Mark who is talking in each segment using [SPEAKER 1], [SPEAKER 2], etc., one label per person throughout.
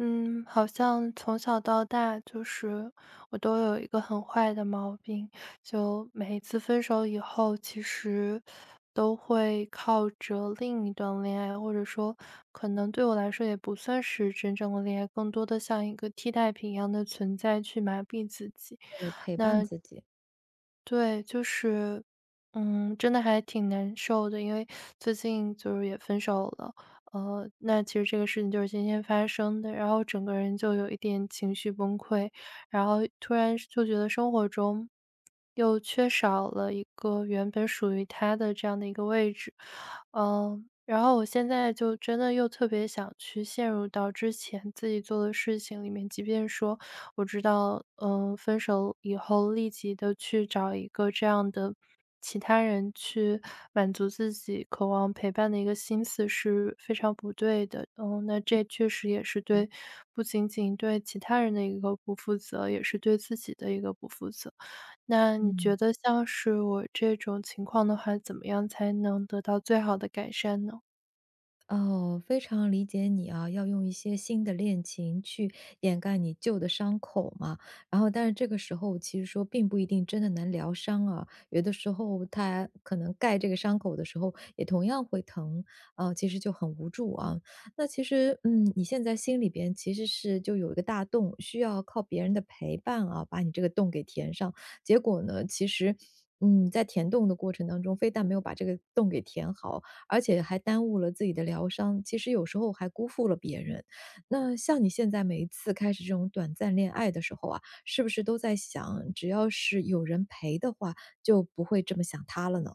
[SPEAKER 1] 嗯，好像从小到大，就是我都有一个很坏的毛病，就每一次分手以后，其实都会靠着另一段恋爱，或者说可能对我来说也不算是真正的恋爱，更多的像一个替代品一样的存在去麻痹自己。
[SPEAKER 2] 来陪伴
[SPEAKER 1] 那
[SPEAKER 2] 自己，
[SPEAKER 1] 对，就是，真的还挺难受的，因为最近就是也分手了，那其实这个事情就是今天发生的，然后整个人就有一点情绪崩溃，然后突然就觉得生活中又缺少了一个原本属于他的这样的一个位置，然后我现在就真的又特别想去陷入到之前自己做的事情里面，即便说我知道，分手以后立即的去找一个这样的其他人去满足自己渴望陪伴的一个心思是非常不对的。嗯，那这确实也是
[SPEAKER 2] 嗯。
[SPEAKER 1] 不仅仅对其他人的一个不负责，也是对自己的一个不负责。那你
[SPEAKER 2] 嗯
[SPEAKER 1] 觉得像是我这种情况的话，怎么样才能得到最好的改善呢？
[SPEAKER 2] 哦，非常理解你啊，要用一些新的恋情去掩盖你旧的伤口嘛。然后，但是这个时候其实说并不一定真的能疗伤啊，有的时候它可能盖这个伤口的时候也同样会疼，其实就很无助啊。那其实，你现在心里边其实是就有一个大洞，需要靠别人的陪伴啊，把你这个洞给填上。结果呢，其实。在填洞的过程当中，非但没有把这个洞给填好，而且还耽误了自己的疗伤，其实有时候还辜负了别人。那像你现在每一次开始这种短暂恋爱的时候啊，是不是都在想，只要是有人陪的话，就不会这么想他了呢？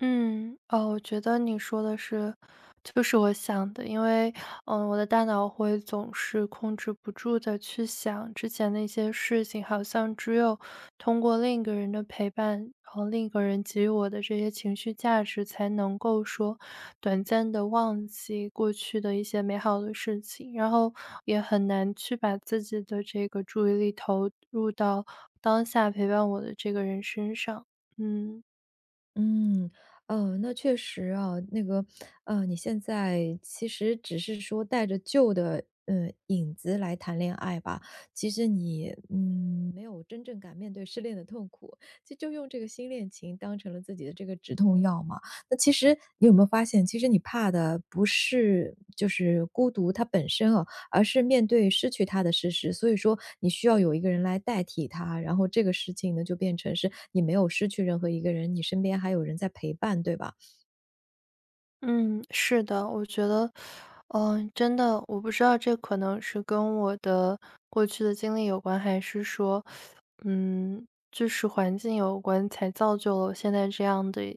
[SPEAKER 1] 嗯，哦，我觉得你说的是，就是我想的，因为，我的大脑会总是控制不住的去想之前的一些事情，好像只有通过另一个人的陪伴，然后另一个人给予我的这些情绪价值，才能够说短暂的忘记过去的一些美好的事情，然后也很难去把自己的这个注意力投入到当下陪伴我的这个人身上。嗯，
[SPEAKER 2] 嗯，那确实啊，那个，你现在其实只是说带着旧的，影子来谈恋爱吧。其实你，没有真正敢面对失恋的痛苦，就用这个新恋情当成了自己的这个止痛药嘛。那其实你有没有发现，其实你怕的不是就是孤独它本身啊，而是面对失去他的事实。所以说你需要有一个人来代替他，然后这个事情呢，就变成是你没有失去任何一个人，你身边还有人在陪伴，对吧？
[SPEAKER 1] 嗯，是的，我觉得，真的，我不知道这可能是跟我的过去的经历有关，还是说，就是环境有关，才造就了我现在这样的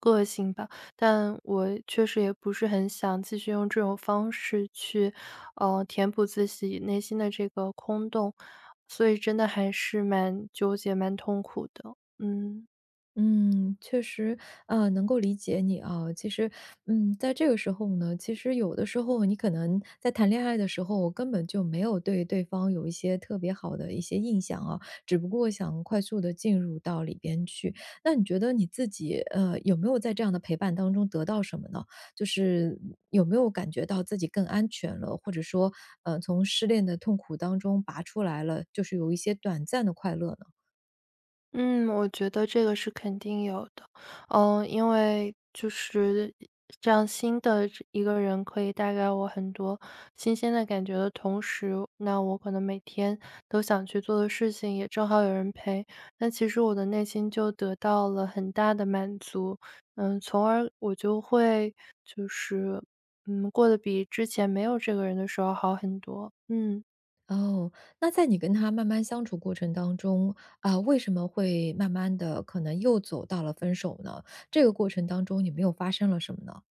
[SPEAKER 1] 个性吧。但我确实也不是很想继续用这种方式去，填补自己内心的这个空洞，所以真的还是蛮纠结、蛮痛苦的。嗯。
[SPEAKER 2] 嗯，确实，能够理解你啊。其实，在这个时候呢，其实有的时候你可能在谈恋爱的时候，根本就没有对对方有一些特别好的一些印象啊，只不过想快速的进入到里边去。那你觉得你自己，有没有在这样的陪伴当中得到什么呢？就是有没有感觉到自己更安全了，或者说，从失恋的痛苦当中拔出来了，就是有一些短暂的快乐呢？
[SPEAKER 1] 嗯，我觉得这个是肯定有的。嗯，因为就是这样新的这一个人可以带给我很多新鲜的感觉的同时，那我可能每天都想去做的事情也正好有人陪，那其实我的内心就得到了很大的满足。从而我就会就是，过得比之前没有这个人的时候好很多。嗯。
[SPEAKER 2] 哦，那在你跟他慢慢相处过程当中，啊，为什么会慢慢的可能又走到了分手呢？这个过程当中，你们又发生了什么呢？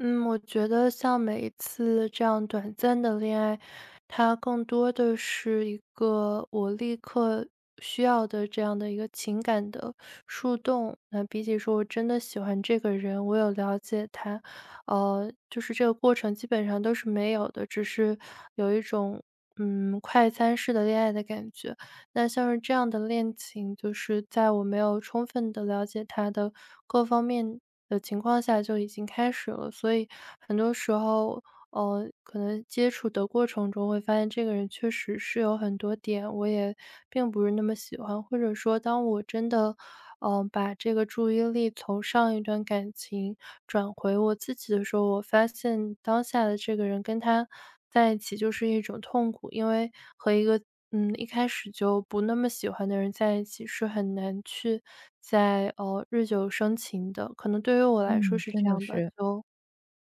[SPEAKER 1] 嗯，我觉得像每一次这样短暂的恋爱，它更多的是一个我立刻需要的这样的一个情感的树洞。那比起说我真的喜欢这个人，我有了解他，就是这个过程基本上都是没有的，只是有一种快餐式的恋爱的感觉。那像是这样的恋情，就是在我没有充分的了解他的各方面的情况下就已经开始了。所以很多时候，可能接触的过程中会发现这个人确实是有很多点我也并不是那么喜欢，或者说当我真的，把这个注意力从上一段感情转回我自己的时候，我发现当下的这个人跟他在一起就是一种痛苦。因为和一个一开始就不那么喜欢的人在一起，是很难去在日久生情的，可能对于我来说
[SPEAKER 2] 嗯。
[SPEAKER 1] 是
[SPEAKER 2] 真
[SPEAKER 1] 这
[SPEAKER 2] 的
[SPEAKER 1] 样吧，
[SPEAKER 2] 是
[SPEAKER 1] 就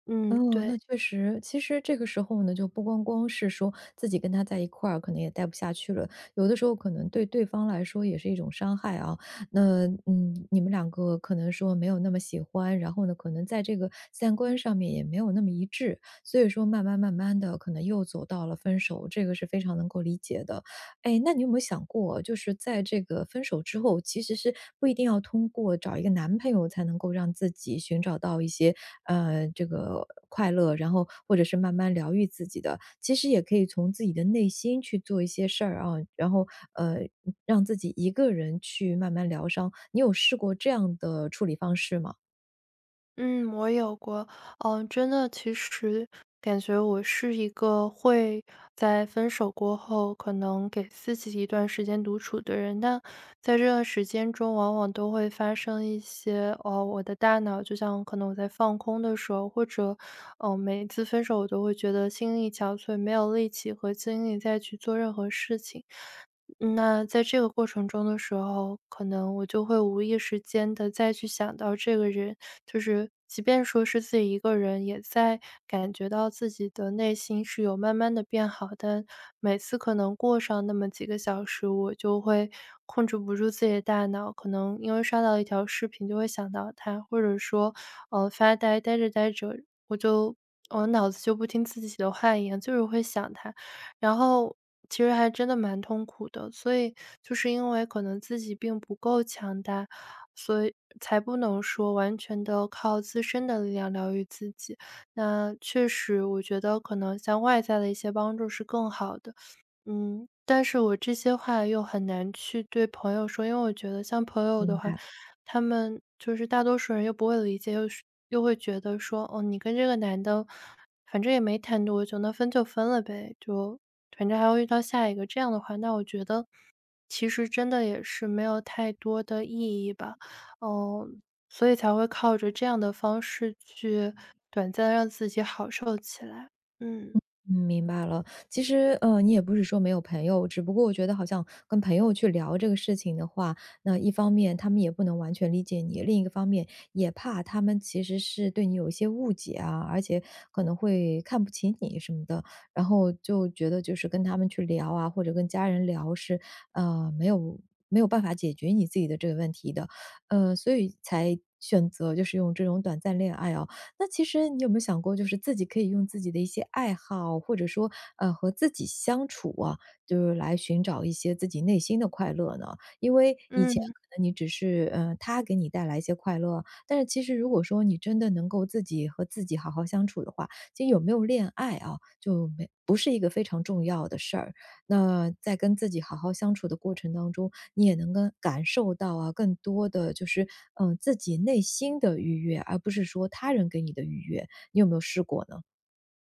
[SPEAKER 2] 哦，那
[SPEAKER 1] 对。
[SPEAKER 2] 确实，其实这个时候呢，就不光光是说自己跟他在一块儿，可能也待不下去了，有的时候可能对对方来说也是一种伤害啊。那嗯，你们两个可能说没有那么喜欢，然后呢，可能在这个三观上面也没有那么一致，所以说慢慢的，可能又走到了分手，这个是非常能够理解的。哎，那你有没有想过，就是在这个分手之后，其实是不一定要通过找一个男朋友才能够让自己寻找到一些这个快乐，然后或者是慢慢疗愈自己的，其实也可以从自己的内心去做一些事儿啊，然后呃让自己一个人去慢慢疗伤。你有试过这样的处理方式吗？
[SPEAKER 1] 嗯，我有过，真的，其实感觉我是一个会在分手过后，可能给自己一段时间独处的人。但在这段时间中，往往都会发生一些，哦，我的大脑就像可能我在放空的时候，或者，哦，每一次分手，我都会觉得心力憔悴，没有力气和精力再去做任何事情。那在这个过程中的时候，可能我就会无意识间的再去想到这个人，就是即便说是自己一个人，也在感觉到自己的内心是有慢慢的变好，但每次可能过上那么几个小时，我就会控制不住自己的大脑，可能因为刷到一条视频就会想到他，或者说，发呆，呆着呆着，我就我脑子就不听自己的话一样，就是会想他。然后其实还真的蛮痛苦的。所以就是因为可能自己并不够强大，所以才不能说完全的靠自身的力量疗愈自己。那确实我觉得可能像外在的一些帮助是更好的。嗯，但是我这些话又很难去对朋友说，因为我觉得像朋友的
[SPEAKER 2] 明
[SPEAKER 1] 话，
[SPEAKER 2] 白。
[SPEAKER 1] 他们就是大多数人又不会理解，又会觉得说，哦，你跟这个男的，反正也没谈多久，那分就分了呗，就反正还会遇到下一个。这样的话，那我觉得其实真的也是没有太多的意义吧，嗯，所以才会靠着这样的方式去对自己好受起来。嗯
[SPEAKER 2] 嗯，明白了。其实，你也不是说没有朋友，只不过我觉得好像跟朋友去聊这个事情的话，那一方面他们也不能完全理解你，另一个方面也怕他们其实是对你有一些误解啊，而且可能会看不起你什么的，然后就觉得就是跟他们去聊啊，或者跟家人聊是，呃，没有没有办法解决你自己的这个问题的，所以才选择就是用这种短暂恋爱啊。那其实你有没有想过，就是自己可以用自己的一些爱好，或者说，和自己相处啊，就是来寻找一些自己内心的快乐呢？因为以前
[SPEAKER 1] 嗯。
[SPEAKER 2] 可能你只是，他给你带来一些快乐，但是其实如果说你真的能够自己和自己好好相处的话，其实有没有恋爱啊，就没不是一个非常重要的事儿。那在跟自己好好相处的过程当中，你也能够感受到啊，更多的就是，自己内心的愉悦，而不是说他人给你的愉悦，你有没有试过呢？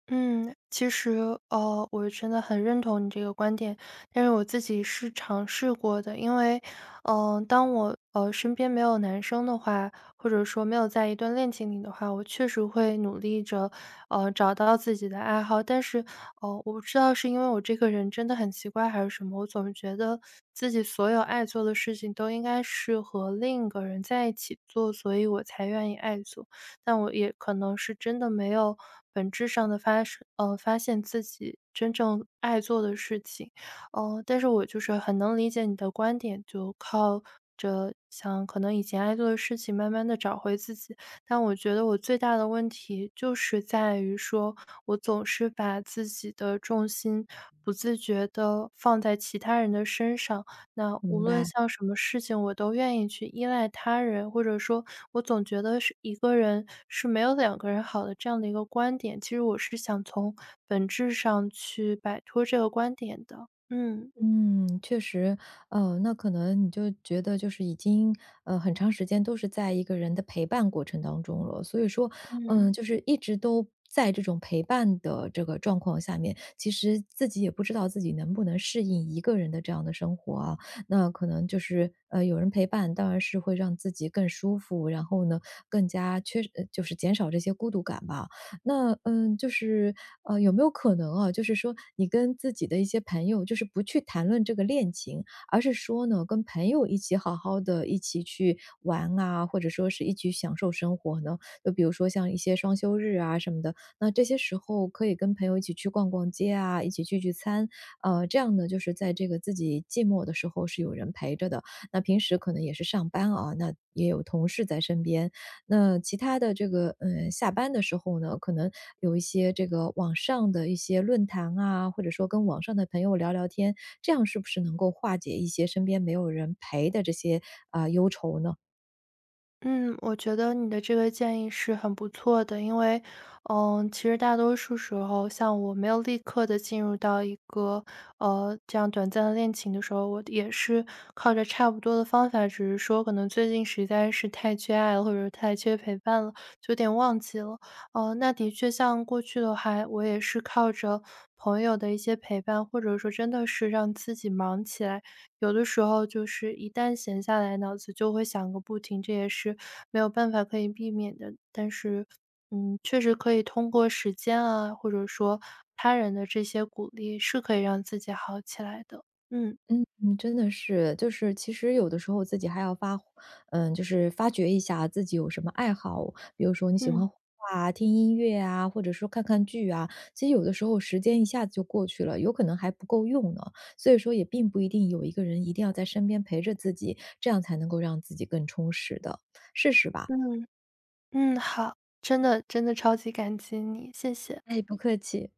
[SPEAKER 1] 嗯，其实，我真的很认同你这个观点，但是我自己是尝试过的。因为，当我，身边没有男生的话，或者说没有在一段恋情里的话，我确实会努力着，找到自己的爱好。但是，哦，我不知道是因为我这个人真的很奇怪还是什么，我总觉得自己所有爱做的事情都应该是和另一个人在一起做，所以我才愿意爱做。但我也可能是真的没有本质上的发现自己真正爱做的事情。但是我就是很能理解你的观点，就靠着想可能以前爱做的事情慢慢的找回自己。但我觉得我最大的问题就是在于说，我总是把自己的重心不自觉的放在其他人的身上，那无
[SPEAKER 2] 明
[SPEAKER 1] 论
[SPEAKER 2] 白。
[SPEAKER 1] 像什么事情，我都愿意去依赖他人，或者说我总觉得是一个人是没有两个人好的这样的一个观点。其实我是想从本质上去摆脱这个观点的。嗯
[SPEAKER 2] 嗯，确实，那可能你就觉得就是已经很长时间都是在一个人的陪伴过程当中了，所以说，嗯、
[SPEAKER 1] 嗯。
[SPEAKER 2] 就是一直都在这种陪伴的这个状况下面，其实自己也不知道自己能不能适应一个人的这样的生活啊。那可能就是有人陪伴，当然是会让自己更舒服，然后呢更加缺就是减少这些孤独感吧。那嗯，就是有没有可能啊，就是说你跟自己的一些朋友，就是不去谈论这个恋情，而是说呢，跟朋友一起好好的一起去玩啊，或者说是一起享受生活呢？就比如说像一些双休日啊什么的，那这些时候可以跟朋友一起去逛逛街啊，一起聚聚餐，这样呢，就是在这个自己寂寞的时候是有人陪着的。那平时可能也是上班啊，那也有同事在身边，那其他的这个，嗯，下班的时候呢，可能有一些这个网上的一些论坛啊，或者说跟网上的朋友聊聊天，这样是不是能够化解一些身边没有人陪的这些，啊，忧愁呢？
[SPEAKER 1] 嗯，我觉得你的这个建议是很不错的，因为，其实大多数时候，像我没有立刻的进入到一个，这样短暂的恋情的时候，我也是靠着差不多的方法，只是说可能最近实在是太缺爱了，或者是太缺陪伴了，就有点忘记了。那的确像过去的话，我也是靠着朋友的一些陪伴，或者说真的是让自己忙起来，有的时候就是一旦闲下来，脑子就会想个不停，这也是没有办法可以避免的。但是，确实可以通过时间啊，或者说他人的这些鼓励，是可以让自己好起来的。嗯
[SPEAKER 2] 嗯嗯，真的是，就是其实有的时候自己还要发，嗯，就是发掘一下自己有什么爱好，比如说你喜
[SPEAKER 1] 嗯
[SPEAKER 2] 欢画啊、听音乐啊，或者说看看剧啊。其实有的时候时间一下子就过去了，有可能还不够用呢。所以说也并不一定有一个人一定要在身边陪着自己，这样才能够让自己更充实的。试试吧。
[SPEAKER 1] 嗯嗯，好，真的真的超级感激你，谢谢。
[SPEAKER 2] 哎，不客气。